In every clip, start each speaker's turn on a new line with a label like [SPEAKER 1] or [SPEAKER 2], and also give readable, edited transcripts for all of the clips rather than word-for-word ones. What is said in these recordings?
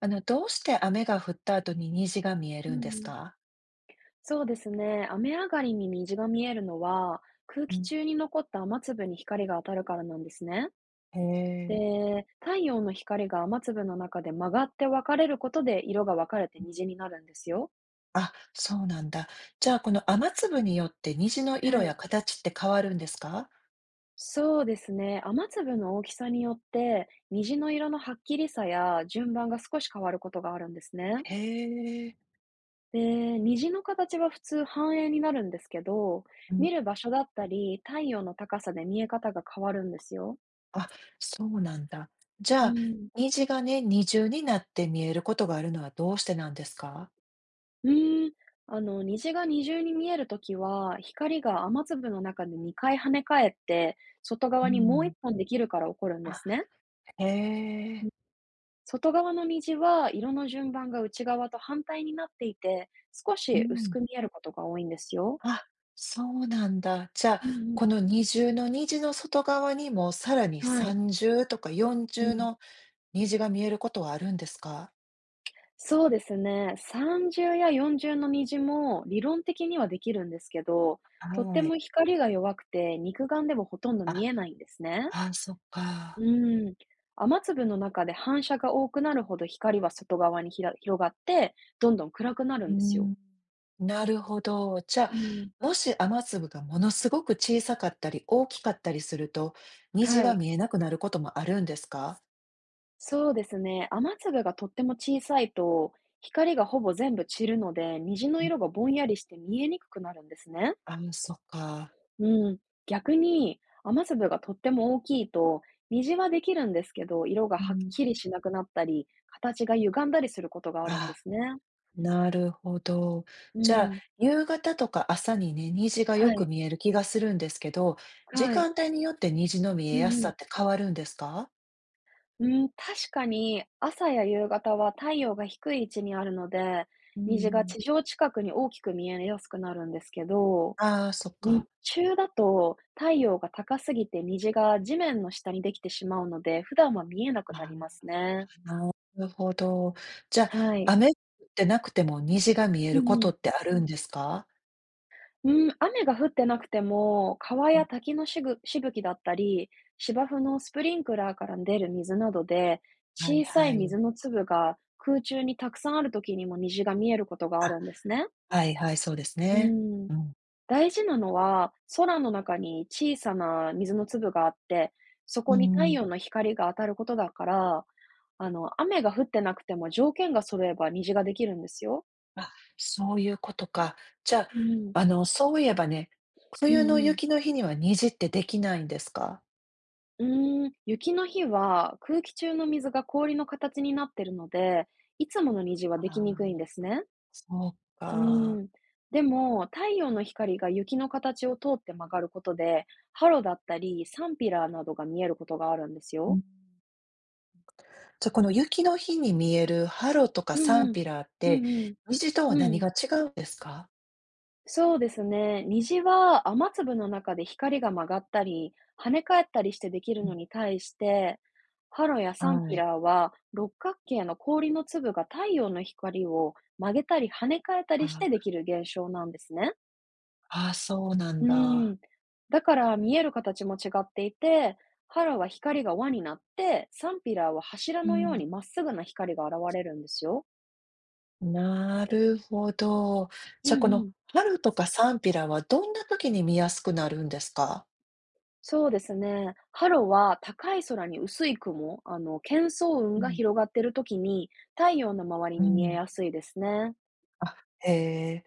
[SPEAKER 1] どうして雨が降った後に虹が見え
[SPEAKER 2] う
[SPEAKER 1] るん
[SPEAKER 2] ん
[SPEAKER 1] で
[SPEAKER 2] う
[SPEAKER 1] す
[SPEAKER 2] ん、
[SPEAKER 1] か？
[SPEAKER 2] そうですね。雨上がりに虹が見えるのは、空
[SPEAKER 1] う
[SPEAKER 2] 気
[SPEAKER 1] ん、
[SPEAKER 2] 中に残った雨粒に光が当たるからなんですね。
[SPEAKER 1] へえ。
[SPEAKER 2] で、太陽の光が雨粒の中で曲がって分かれることで色が分かれて虹になるんですよ。
[SPEAKER 1] あ、そうなんだ。じゃあ、この雨粒によって虹の
[SPEAKER 2] は
[SPEAKER 1] 色や
[SPEAKER 2] い。
[SPEAKER 1] 形って変わるんですか？
[SPEAKER 2] そうですね。雨粒の大きさによって、虹の色のはっきりさや順番が少し変わることがあるんですね。
[SPEAKER 1] へえ。
[SPEAKER 2] で、虹の形は普通半円になるんですけど、
[SPEAKER 1] うん。
[SPEAKER 2] 見る場所だったり、太陽の高さで見え方が変わるんですよ。
[SPEAKER 1] あ、そうなんだ。じ
[SPEAKER 2] う
[SPEAKER 1] ゃあ、
[SPEAKER 2] ん
[SPEAKER 1] 虹がね、二重になって見えることがあるのはどうしてなんですか？
[SPEAKER 2] うーん、虹が二重に見えるときは、光が雨粒の中で2回跳ね返って、外
[SPEAKER 1] う
[SPEAKER 2] 側にもう
[SPEAKER 1] ん。
[SPEAKER 2] 一本できるから起こるんで
[SPEAKER 1] あ、
[SPEAKER 2] すね。
[SPEAKER 1] へえ。
[SPEAKER 2] 外側の虹は色の順番が内側と反対になっていて、少
[SPEAKER 1] う
[SPEAKER 2] し薄
[SPEAKER 1] ん。
[SPEAKER 2] く見えることが多いんですよ。
[SPEAKER 1] あ、そうなんだ。じゃあ、
[SPEAKER 2] うんう
[SPEAKER 1] こ
[SPEAKER 2] ん
[SPEAKER 1] の二重の虹の外側にも、さらに
[SPEAKER 2] はい。
[SPEAKER 1] 三重とか四
[SPEAKER 2] う
[SPEAKER 1] 重
[SPEAKER 2] ん。
[SPEAKER 1] の虹が見えることはあるんですか？
[SPEAKER 2] そうですね。三重や四重の虹も理論的にはできるんですけど、とって
[SPEAKER 1] は
[SPEAKER 2] も
[SPEAKER 1] い。
[SPEAKER 2] 光が弱くて肉眼でもほとんど見
[SPEAKER 1] あ、
[SPEAKER 2] えないんですね。
[SPEAKER 1] ああそっか。
[SPEAKER 2] うん。雨粒の中で反射が多くなるほど光は外側に広がって、どんどん暗くなる
[SPEAKER 1] うー
[SPEAKER 2] んですよ。
[SPEAKER 1] ん、なるほど。じゃ
[SPEAKER 2] うん。
[SPEAKER 1] あ、もし雨粒がものすごく小さかったり、大きかったりすると、虹
[SPEAKER 2] は
[SPEAKER 1] は
[SPEAKER 2] い。
[SPEAKER 1] 見えなくなることもあるんですか？
[SPEAKER 2] そうですね。雨粒がとっても小さいと、光がほぼ全部散るので、虹の
[SPEAKER 1] うん、
[SPEAKER 2] 色がぼんやりして見えにくくなるんですね。
[SPEAKER 1] あそっか。
[SPEAKER 2] うん。逆に、雨粒がとっても大きいと、虹はできるんですけど、色が
[SPEAKER 1] う
[SPEAKER 2] はっ
[SPEAKER 1] ん。
[SPEAKER 2] きりしなくなったり、形が歪んだりすることがあるんで
[SPEAKER 1] あ、
[SPEAKER 2] すね。
[SPEAKER 1] なるほど。
[SPEAKER 2] う
[SPEAKER 1] じゃあ、
[SPEAKER 2] ん。
[SPEAKER 1] 夕方とか朝にね、虹がよ
[SPEAKER 2] は
[SPEAKER 1] く
[SPEAKER 2] い。
[SPEAKER 1] 見える気がするんですけど、時
[SPEAKER 2] はい。
[SPEAKER 1] 間帯によって虹の見え
[SPEAKER 2] う
[SPEAKER 1] や
[SPEAKER 2] ん
[SPEAKER 1] す
[SPEAKER 2] う
[SPEAKER 1] さ
[SPEAKER 2] ん。
[SPEAKER 1] って変わるんですか？
[SPEAKER 2] うん、確かに朝や夕方は太陽が低い位置にあるので、
[SPEAKER 1] う
[SPEAKER 2] 虹が
[SPEAKER 1] ん。
[SPEAKER 2] 地上近くに大きく見えやすくなるんですけど、
[SPEAKER 1] ああ、そっ
[SPEAKER 2] 日
[SPEAKER 1] か。
[SPEAKER 2] 中だと太陽が高すぎて虹が地面の下にできてしまうので、普段は見えなくな
[SPEAKER 1] ああ。
[SPEAKER 2] りますね。
[SPEAKER 1] なるほど。じゃ、
[SPEAKER 2] は
[SPEAKER 1] あ
[SPEAKER 2] い。
[SPEAKER 1] 雨ってなくても虹が見え
[SPEAKER 2] う
[SPEAKER 1] るこ
[SPEAKER 2] んう
[SPEAKER 1] と
[SPEAKER 2] ん。
[SPEAKER 1] ってあるんですか？
[SPEAKER 2] うん、雨が降ってなくても、川
[SPEAKER 1] うん、
[SPEAKER 2] や滝のしぶきだったり、芝生のスプリンクラーから出る水などで、
[SPEAKER 1] はい
[SPEAKER 2] 小さ
[SPEAKER 1] は
[SPEAKER 2] い
[SPEAKER 1] い。
[SPEAKER 2] 水の粒が空中にたくさんある時にも虹が見えることがあ
[SPEAKER 1] あ、
[SPEAKER 2] るんですね。
[SPEAKER 1] はいはい、そうです
[SPEAKER 2] う
[SPEAKER 1] ね。
[SPEAKER 2] ん。
[SPEAKER 1] うん。
[SPEAKER 2] 大事なのは、空の中に小さな水の粒があって、そこ
[SPEAKER 1] う
[SPEAKER 2] に太
[SPEAKER 1] ん。
[SPEAKER 2] 陽の光が当たることだから、雨が降ってなくても条件が揃えば虹ができるんですよ。
[SPEAKER 1] あ、そういうことか。じゃ、あ
[SPEAKER 2] うん。
[SPEAKER 1] そういえばね、
[SPEAKER 2] うん
[SPEAKER 1] 冬の
[SPEAKER 2] うん。
[SPEAKER 1] 雪の日には虹ってできないんですか？
[SPEAKER 2] うーん、雪の日は空気中の水が氷の形になってるので、いつもの虹は
[SPEAKER 1] あ
[SPEAKER 2] できにくい
[SPEAKER 1] あ、
[SPEAKER 2] んですね。
[SPEAKER 1] そう
[SPEAKER 2] うー
[SPEAKER 1] か。
[SPEAKER 2] ん。でも、太陽の光が雪の形を通って曲がることで、ハロだったり、サンピラーなどが見えることがあるんです
[SPEAKER 1] う
[SPEAKER 2] よ。
[SPEAKER 1] ん。じゃあ、この雪の日に見えるハロとか
[SPEAKER 2] う
[SPEAKER 1] サ
[SPEAKER 2] ん
[SPEAKER 1] ン
[SPEAKER 2] うん。
[SPEAKER 1] ピラーっ
[SPEAKER 2] う
[SPEAKER 1] て、
[SPEAKER 2] んうん。
[SPEAKER 1] 虹とは
[SPEAKER 2] う
[SPEAKER 1] 何
[SPEAKER 2] ん。
[SPEAKER 1] が違うんですか？
[SPEAKER 2] そうですね。虹は雨粒の中で光が曲がったり、跳ね返ったりしてできる
[SPEAKER 1] う
[SPEAKER 2] の
[SPEAKER 1] ん、
[SPEAKER 2] に対して、ハロやサン
[SPEAKER 1] は
[SPEAKER 2] ピラ
[SPEAKER 1] い。
[SPEAKER 2] ーは六角形の氷の粒が太陽の光を曲げたり跳ね返ったりしてできる現象なんですね。
[SPEAKER 1] ああ、そうなん
[SPEAKER 2] う
[SPEAKER 1] だ。
[SPEAKER 2] ん。だから見える形も違っていて、ハロは光が輪になって、サンピラーは柱
[SPEAKER 1] う
[SPEAKER 2] のように
[SPEAKER 1] ん、
[SPEAKER 2] まっすぐな光が現れるんですよ。
[SPEAKER 1] なるほど。
[SPEAKER 2] う
[SPEAKER 1] じゃ、あ
[SPEAKER 2] ん
[SPEAKER 1] こ
[SPEAKER 2] う
[SPEAKER 1] の
[SPEAKER 2] ん。
[SPEAKER 1] 春とかサンピラはどんな時に見やすくなるんですか？
[SPEAKER 2] そうですね。ハロは高い空に薄い雲、喧騒雲
[SPEAKER 1] う
[SPEAKER 2] が
[SPEAKER 1] ん。
[SPEAKER 2] 広がっている時に太陽の周り
[SPEAKER 1] う
[SPEAKER 2] に見え
[SPEAKER 1] ん。
[SPEAKER 2] やすいですね。
[SPEAKER 1] あ、へえ。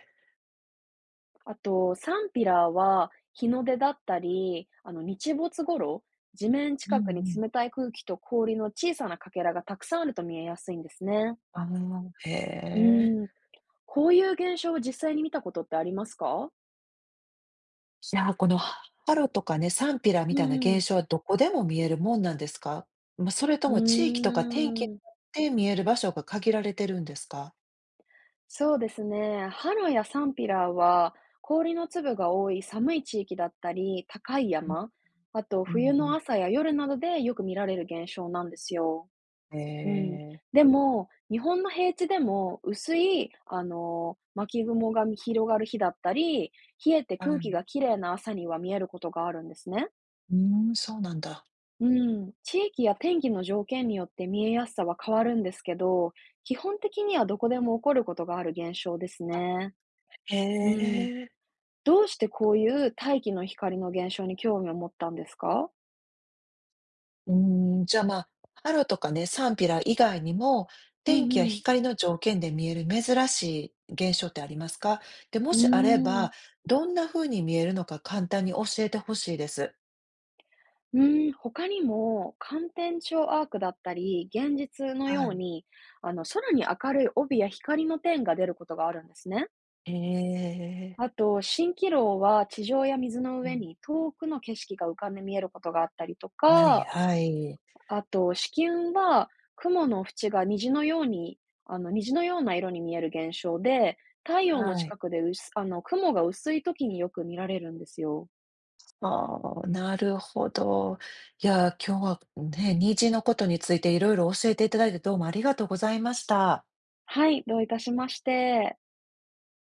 [SPEAKER 2] あと、サンピラーは日の出だったり、日没頃、地面
[SPEAKER 1] うんう
[SPEAKER 2] 近くに
[SPEAKER 1] ん。
[SPEAKER 2] 冷たい空気と氷の小さなかけらがたくさんあると見えやすいんですね。
[SPEAKER 1] ああ、へ
[SPEAKER 2] う
[SPEAKER 1] え。
[SPEAKER 2] ん。こういう現象を実際に見たことってありますか？
[SPEAKER 1] いや、この春とかね、サンピラみ
[SPEAKER 2] う
[SPEAKER 1] たいな
[SPEAKER 2] んうん。
[SPEAKER 1] 現象はどこでも見えるもんなんですか？ま、それとも地域
[SPEAKER 2] うー
[SPEAKER 1] とか天気に
[SPEAKER 2] ん。
[SPEAKER 1] よって見える場所が限られてるんですか？
[SPEAKER 2] そうですね。ハロやサンピラーは氷の粒が多い寒い地域だったり、高い
[SPEAKER 1] うん、
[SPEAKER 2] 山、あと
[SPEAKER 1] う
[SPEAKER 2] 冬
[SPEAKER 1] んう
[SPEAKER 2] の
[SPEAKER 1] ん。
[SPEAKER 2] 朝や夜などでよく見られる現象なんですよ。
[SPEAKER 1] へ
[SPEAKER 2] うん。
[SPEAKER 1] え、
[SPEAKER 2] でも、日本の平地でも薄い、巻雲が広がる日だったり、冷えて
[SPEAKER 1] は
[SPEAKER 2] 空気
[SPEAKER 1] い。
[SPEAKER 2] がきれいな朝には見えることがあるんですね。
[SPEAKER 1] そうなんだ。
[SPEAKER 2] うん。地域や天気の条件によって見えやすさは変わるんですけど、基本的にはどこでも起こることがある現象ですね。
[SPEAKER 1] へ
[SPEAKER 2] うん。
[SPEAKER 1] え。
[SPEAKER 2] どうしてこういう大気の光の現象に興味を持ったんですか？
[SPEAKER 1] じゃあ、まあ、春とかね、サンピラ以外にも、
[SPEAKER 2] う
[SPEAKER 1] 天
[SPEAKER 2] ん
[SPEAKER 1] 気や
[SPEAKER 2] うん。
[SPEAKER 1] 光の条件で見える珍しい現象ってありますか？で、も
[SPEAKER 2] う
[SPEAKER 1] しあれ
[SPEAKER 2] ーん。
[SPEAKER 1] ば、どんな風に見えるのか簡単に教えてほしいです。
[SPEAKER 2] うーん、他にも観天頂アークだったり、現実の
[SPEAKER 1] は
[SPEAKER 2] よう
[SPEAKER 1] い。
[SPEAKER 2] に、空に明るい帯や光の点が出ることがあるんですね。
[SPEAKER 1] えー、
[SPEAKER 2] あと、蜃気楼は地上や水の
[SPEAKER 1] う
[SPEAKER 2] 上
[SPEAKER 1] ん。
[SPEAKER 2] に遠くの景色が浮かんで見えることがあったりと
[SPEAKER 1] はい
[SPEAKER 2] か
[SPEAKER 1] はい。
[SPEAKER 2] あと、子雲は雲の縁が虹のような色に見える現象で、太陽の
[SPEAKER 1] はい。
[SPEAKER 2] 近くでうすあの、雲が薄い時によく見られるんですよ。
[SPEAKER 1] ああ、なるほど。いやー、今日はね、虹のことについていろいろ教えていただいてどうもありがとうございました。
[SPEAKER 2] はい、どういたしまして。